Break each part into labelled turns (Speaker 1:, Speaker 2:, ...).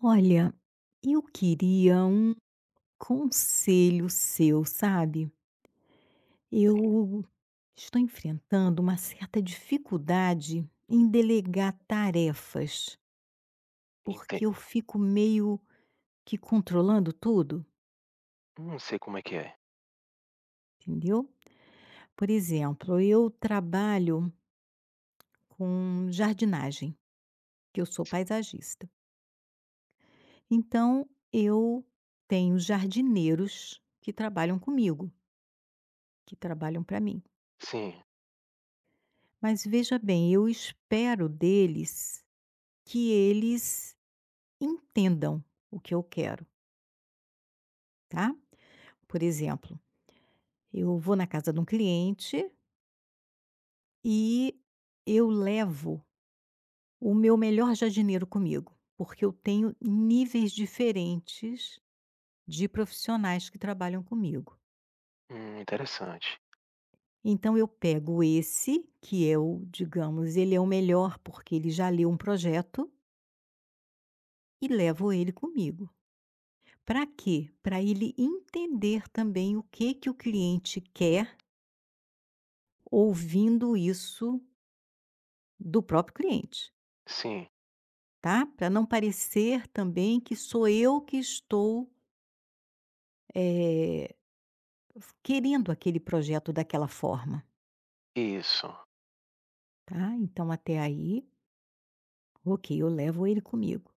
Speaker 1: Olha, eu queria um conselho seu, sabe?
Speaker 2: Sim,
Speaker 1: Eu estou enfrentando uma certa dificuldade em delegar tarefas, porque eu
Speaker 2: entendo.
Speaker 1: fico meio que controlando tudo,
Speaker 2: Não sei como é que é.
Speaker 1: entendeu? Por exemplo, eu trabalho com jardinagem, que eu sou paisagista. Então, eu tenho jardineiros que trabalham comigo, que trabalham para mim.
Speaker 2: Sim.
Speaker 1: Mas veja bem, eu espero deles que eles entendam o que eu quero, tá? Por exemplo, eu vou na casa de um cliente e eu levo o meu melhor jardineiro comigo, porque eu tenho níveis diferentes de profissionais que trabalham comigo.
Speaker 2: Interessante.
Speaker 1: Então eu pego esse, que é o, digamos, ele é o melhor porque ele já leu um projeto e levo ele comigo. Para quê? Para ele entender também o que que o cliente quer, ouvindo isso do próprio cliente,
Speaker 2: Sim,
Speaker 1: tá? Para não parecer também que sou eu que estou, eh, querendo aquele projeto daquela forma,
Speaker 2: isso.
Speaker 1: tá? Então até aí, ok, eu levo ele comigo.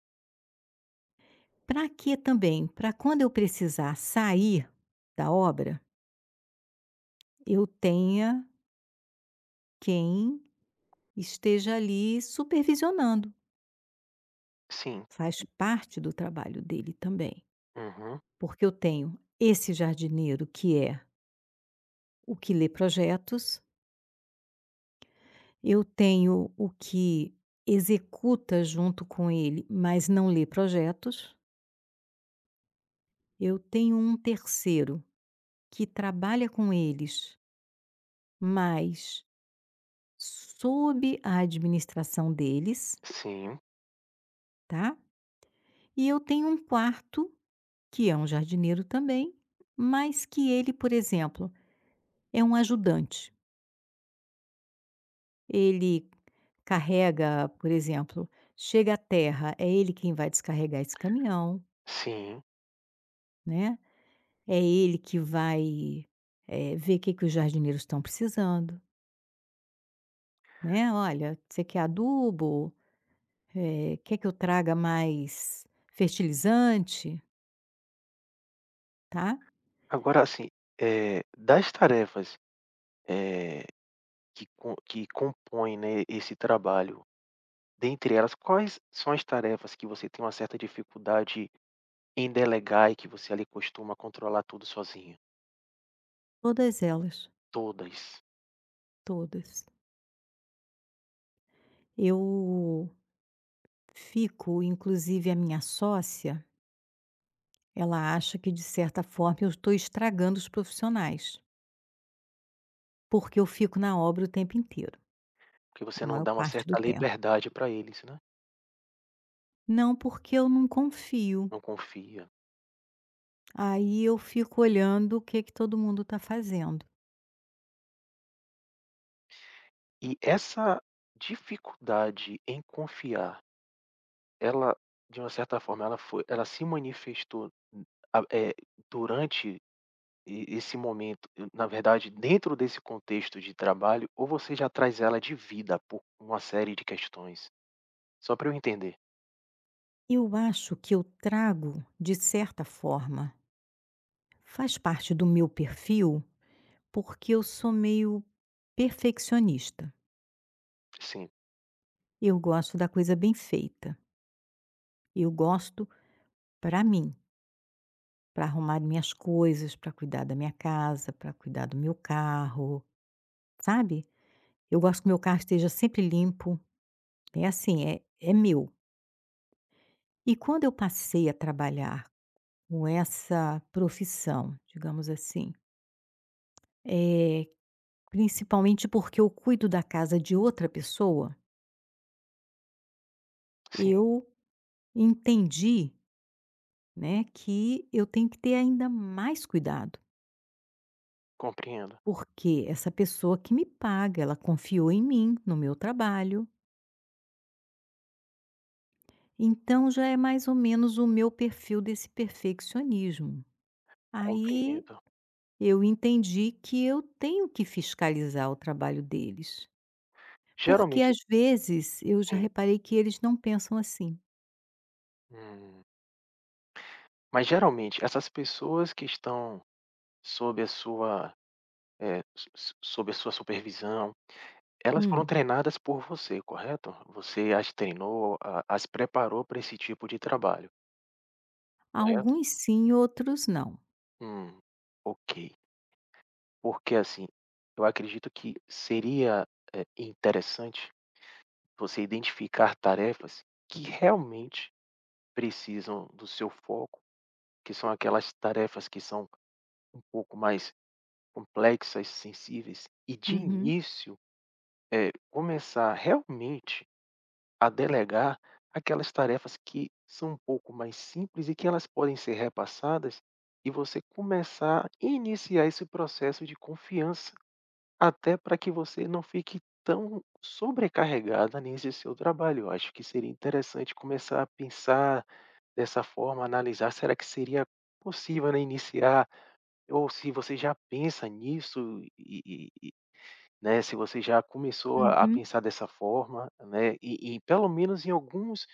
Speaker 1: Para quê também? Para quando eu precisar sair da obra, eu tenha quem esteja ali supervisionando.
Speaker 2: Sim.
Speaker 1: Faz parte do trabalho dele também,
Speaker 2: Uhum.
Speaker 1: porque eu tenho esse jardineiro que é o que lê projetos, eu tenho o que executa junto com ele, mas não lê projetos, eu tenho um terceiro que trabalha com eles, mas sob a administração deles,
Speaker 2: Sim,
Speaker 1: tá, e eu tenho um quarto, que é um jardineiro também, mas que ele, por exemplo, é um ajudante. Ele carrega, por exemplo, chega à terra, é ele quem vai descarregar esse caminhão,
Speaker 2: sim.
Speaker 1: né? É ele que vai, ver o que que os jardineiros estão precisando, né. "Olha, você quer adubo? Quer que eu traga mais fertilizante?", tá.
Speaker 2: Agora, assim, das tarefas, eh, que co que compõem, né, esse trabalho, dentre elas, quais são as tarefas que você tem uma certa dificuldade em delegar e que você ali costuma controlar tudo sozinho?
Speaker 1: Todas elas,
Speaker 2: Todas?
Speaker 1: todas. Eu fico, inclusive a minha sócia, ela acha que de certa forma eu estou estragando os profissionais, porque eu fico na obra o tempo inteiro.
Speaker 2: Porque
Speaker 1: A
Speaker 2: você não
Speaker 1: maior
Speaker 2: dá uma
Speaker 1: parte do
Speaker 2: certa
Speaker 1: tempo.
Speaker 2: liberdade para eles, né?
Speaker 1: Não, porque eu não confio.
Speaker 2: Não confia.
Speaker 1: Aí eu fico olhando o que que todo mundo está fazendo.
Speaker 2: E essa dificuldade em confiar, ela, de uma certa forma, ela se manifestou, a eh, durante esse momento, na verdade, dentro desse contexto de trabalho, ou você já traz ela de vida por uma série de questões? Só para eu entender.
Speaker 1: Eu acho que eu trago, de certa forma, faz parte do meu perfil, porque eu sou meio perfeccionista.
Speaker 2: Sim,
Speaker 1: Eu gosto da coisa bem feita. Eu gosto para mim, para arrumar minhas coisas, para cuidar da minha casa, para cuidar do meu carro, sabe? Eu gosto que meu carro esteja sempre limpo. É assim, é, é meu. E quando eu passei a trabalhar com essa profissão, digamos assim, eh, principalmente porque eu cuido da casa de outra pessoa,
Speaker 2: sim,
Speaker 1: eu entendi, né, que eu tenho que ter ainda mais cuidado,
Speaker 2: compreendo,
Speaker 1: porque essa pessoa que me paga, ela confiou em mim, no meu trabalho, então já é mais ou menos o meu perfil desse perfeccionismo. Aí
Speaker 2: compreendo.
Speaker 1: eu entendi que eu tenho que fiscalizar o trabalho deles. Porque
Speaker 2: Geralmente
Speaker 1: às vezes eu já
Speaker 2: sim.
Speaker 1: reparei que eles não pensam assim.
Speaker 2: Hum. Mas, geralmente, essas pessoas que estão sob a sua, sob a sua supervisão, elas foram
Speaker 1: Hum.
Speaker 2: treinadas por você, correto? Você as treinou, a as preparou para esse tipo de trabalho, correto?
Speaker 1: Alguns sim, outros não.
Speaker 2: Hum, ok. Porque, assim, eu acredito que seria, interessante você identificar tarefas que realmente precisam do seu foco, que são aquelas tarefas que são um pouco mais complexas, sensíveis, e de
Speaker 1: Uhum.
Speaker 2: início, é começar realmente a delegar aquelas tarefas que são um pouco mais simples e que elas podem ser repassadas, e você começar a iniciar esse processo de confiança, até para que você não fique tão sobrecarregada nesse seu trabalho. Eu acho que seria interessante começar a pensar dessa forma, analisar, será que seria possível, né, iniciar, ou se você já pensa nisso né, se você já começou a
Speaker 1: Uhum,
Speaker 2: pensar dessa forma, né, e pelo menos em alguns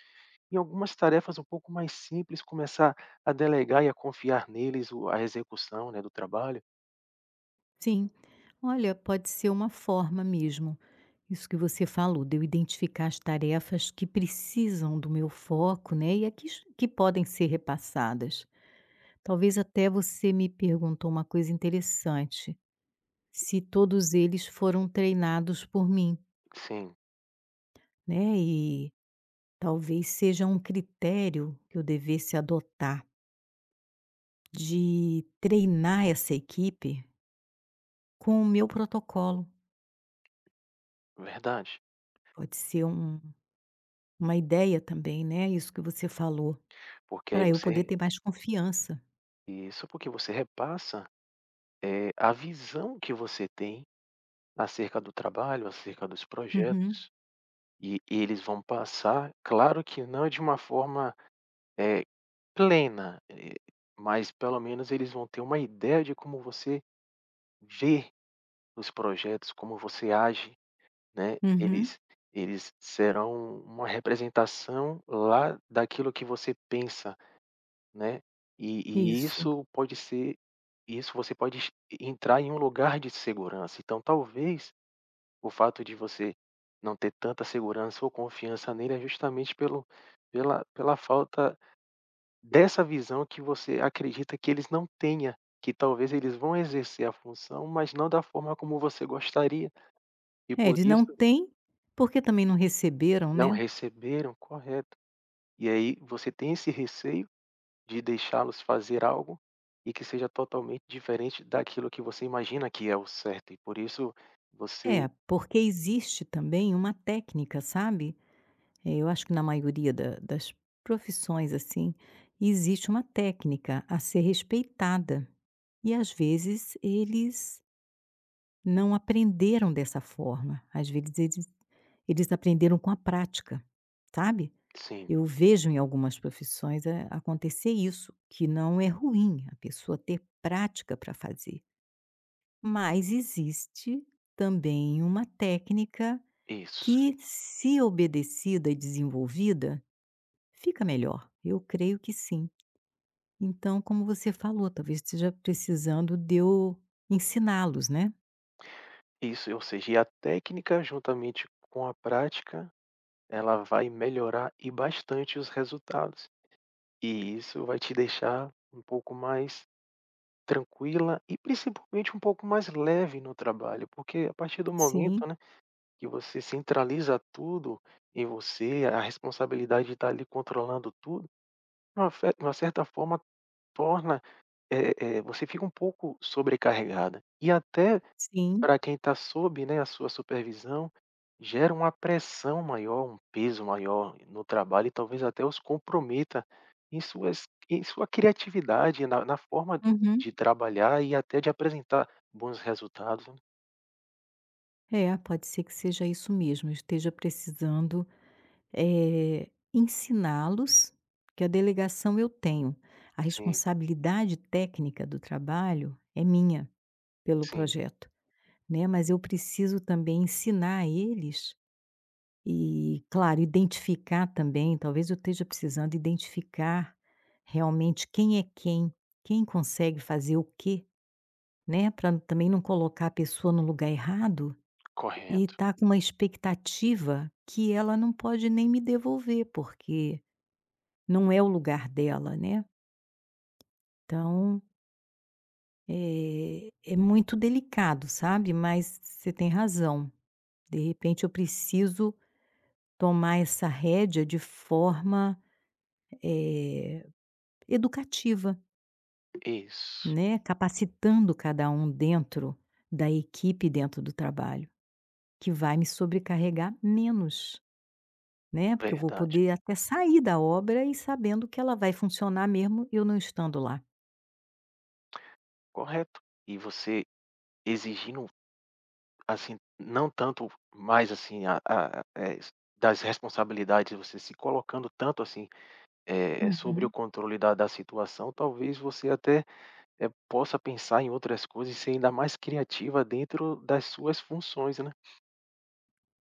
Speaker 2: em algumas tarefas um pouco mais simples, começar a delegar e a confiar neles o a execução, né, do trabalho.
Speaker 1: sim. Olha, pode ser uma forma mesmo. Isso que você falou, de eu identificar as tarefas que precisam do meu foco, né, e a que podem ser repassadas. Talvez até você me perguntou uma coisa interessante, se todos eles foram treinados por mim,
Speaker 2: Sim,
Speaker 1: né? Talvez seja um critério que eu devesse adotar de treinar essa equipe com o meu protocolo.
Speaker 2: verdade.
Speaker 1: Pode ser um, uma ideia também, né, isso que você falou,
Speaker 2: Porque aí
Speaker 1: para eu poder
Speaker 2: você
Speaker 1: ter mais confiança.
Speaker 2: isso, porque você repassa, a visão que você tem acerca do trabalho, acerca dos
Speaker 1: Uhum,
Speaker 2: projetos, e eles vão passar, claro que não de uma forma, eh, plena, mas pelo menos eles vão ter uma ideia de como você vê os projetos, como você age. Né,
Speaker 1: uhum,
Speaker 2: eles serão uma representação lá daquilo que você pensa, né, e e
Speaker 1: isso.
Speaker 2: isso pode ser, isso você pode es entrar em um lugar de segurança, então talvez o fato de você não ter tanta segurança ou confiança nele é justamente pelo pela falta dessa visão que você acredita que eles não tenha, que talvez eles vão exercer a função, mas não da forma como você gostaria, e
Speaker 1: É,
Speaker 2: por
Speaker 1: eles
Speaker 2: isso
Speaker 1: não têm, porque também não receberam,
Speaker 2: não
Speaker 1: né.
Speaker 2: receberam, correto. E aí você tem esse receio de deixá-los fazer algo e que seja totalmente diferente daquilo que você imagina que é o certo, e por isso você
Speaker 1: É, porque existe também uma técnica, sabe, é, eu acho que na maioria da das profissões, assim, existe uma técnica a ser respeitada. E às vezes eles não aprenderam dessa forma, às vezes eles aprenderam com a prática, sabe.
Speaker 2: sim,
Speaker 1: Eu vejo em algumas profissões, acontecer isso, que não é ruim a pessoa ter prática para fazer. Mas existe também uma técnica
Speaker 2: isso,
Speaker 1: que, se obedecida e desenvolvida, fica melhor, eu creio que sim. Então, como você falou, talvez esteja precisando de eu ensiná-los, né.
Speaker 2: isso, ou seja, e a técnica juntamente com a prática, ela vai melhorar e bastante os resultados. E isso vai te deixar um pouco mais tranquila e principalmente um pouco mais leve no trabalho, porque a partir do momento,
Speaker 1: Sim,
Speaker 2: né, que você centraliza tudo em você, a responsabilidade de estar ali controlando tudo, de uma certa forma torna, você fica um pouco sobrecarregada. E até
Speaker 1: sim.
Speaker 2: para quem está sob, né, a sua supervisão, gera uma pressão maior, um peso maior no trabalho e talvez até os comprometa em suas em sua criatividade, na forma
Speaker 1: Uhum.
Speaker 2: de trabalhar e até de apresentar bons resultados, né?
Speaker 1: É, pode ser que seja isso mesmo, eu esteja precisando, ensiná-los que a delegação eu tenho. A
Speaker 2: Sim,
Speaker 1: responsabilidade técnica do trabalho é minha, pelo
Speaker 2: sim,
Speaker 1: projeto, né, mas eu preciso também ensinar a eles. E, claro, identificar também, talvez eu esteja precisando identificar realmente quem é quem, quem consegue fazer o quê, né? Para também não colocar a pessoa no lugar errado e
Speaker 2: correto.
Speaker 1: estar com uma expectativa que ela não pode nem me devolver, porque não é o lugar dela, né? Então, é, é muito delicado, sabe? Mas você tem razão. De repente, eu preciso tomar essa rédea de forma eh, educativa,
Speaker 2: Isso.
Speaker 1: né, capacitando cada um dentro da equipe, dentro do trabalho, que vai me sobrecarregar menos, né, porque eu vou
Speaker 2: Verdade,
Speaker 1: poder até sair da obra e sabendo que ela vai funcionar mesmo eu não estando lá.
Speaker 2: correto. E você exigindo, assim, não tanto mais, assim, das responsabilidades, você se colocando tanto, assim, sobre o
Speaker 1: Uhum.
Speaker 2: controle da situação, talvez você até, possa pensar em outras coisas e ser ainda mais criativa dentro das suas funções, né.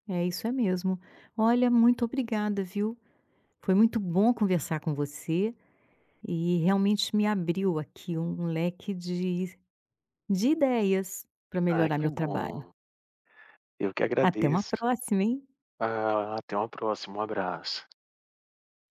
Speaker 1: É, isso é mesmo. Olha, muito obrigada, viu. Foi muito bom conversar com você e realmente me abriu aqui um leque de ideias para
Speaker 2: Ah,
Speaker 1: melhorar
Speaker 2: que
Speaker 1: meu trabalho.
Speaker 2: bom. Eu que
Speaker 1: Até uma
Speaker 2: agradeço.
Speaker 1: próxima, hein.
Speaker 2: Ah, até uma próxima, um abraço.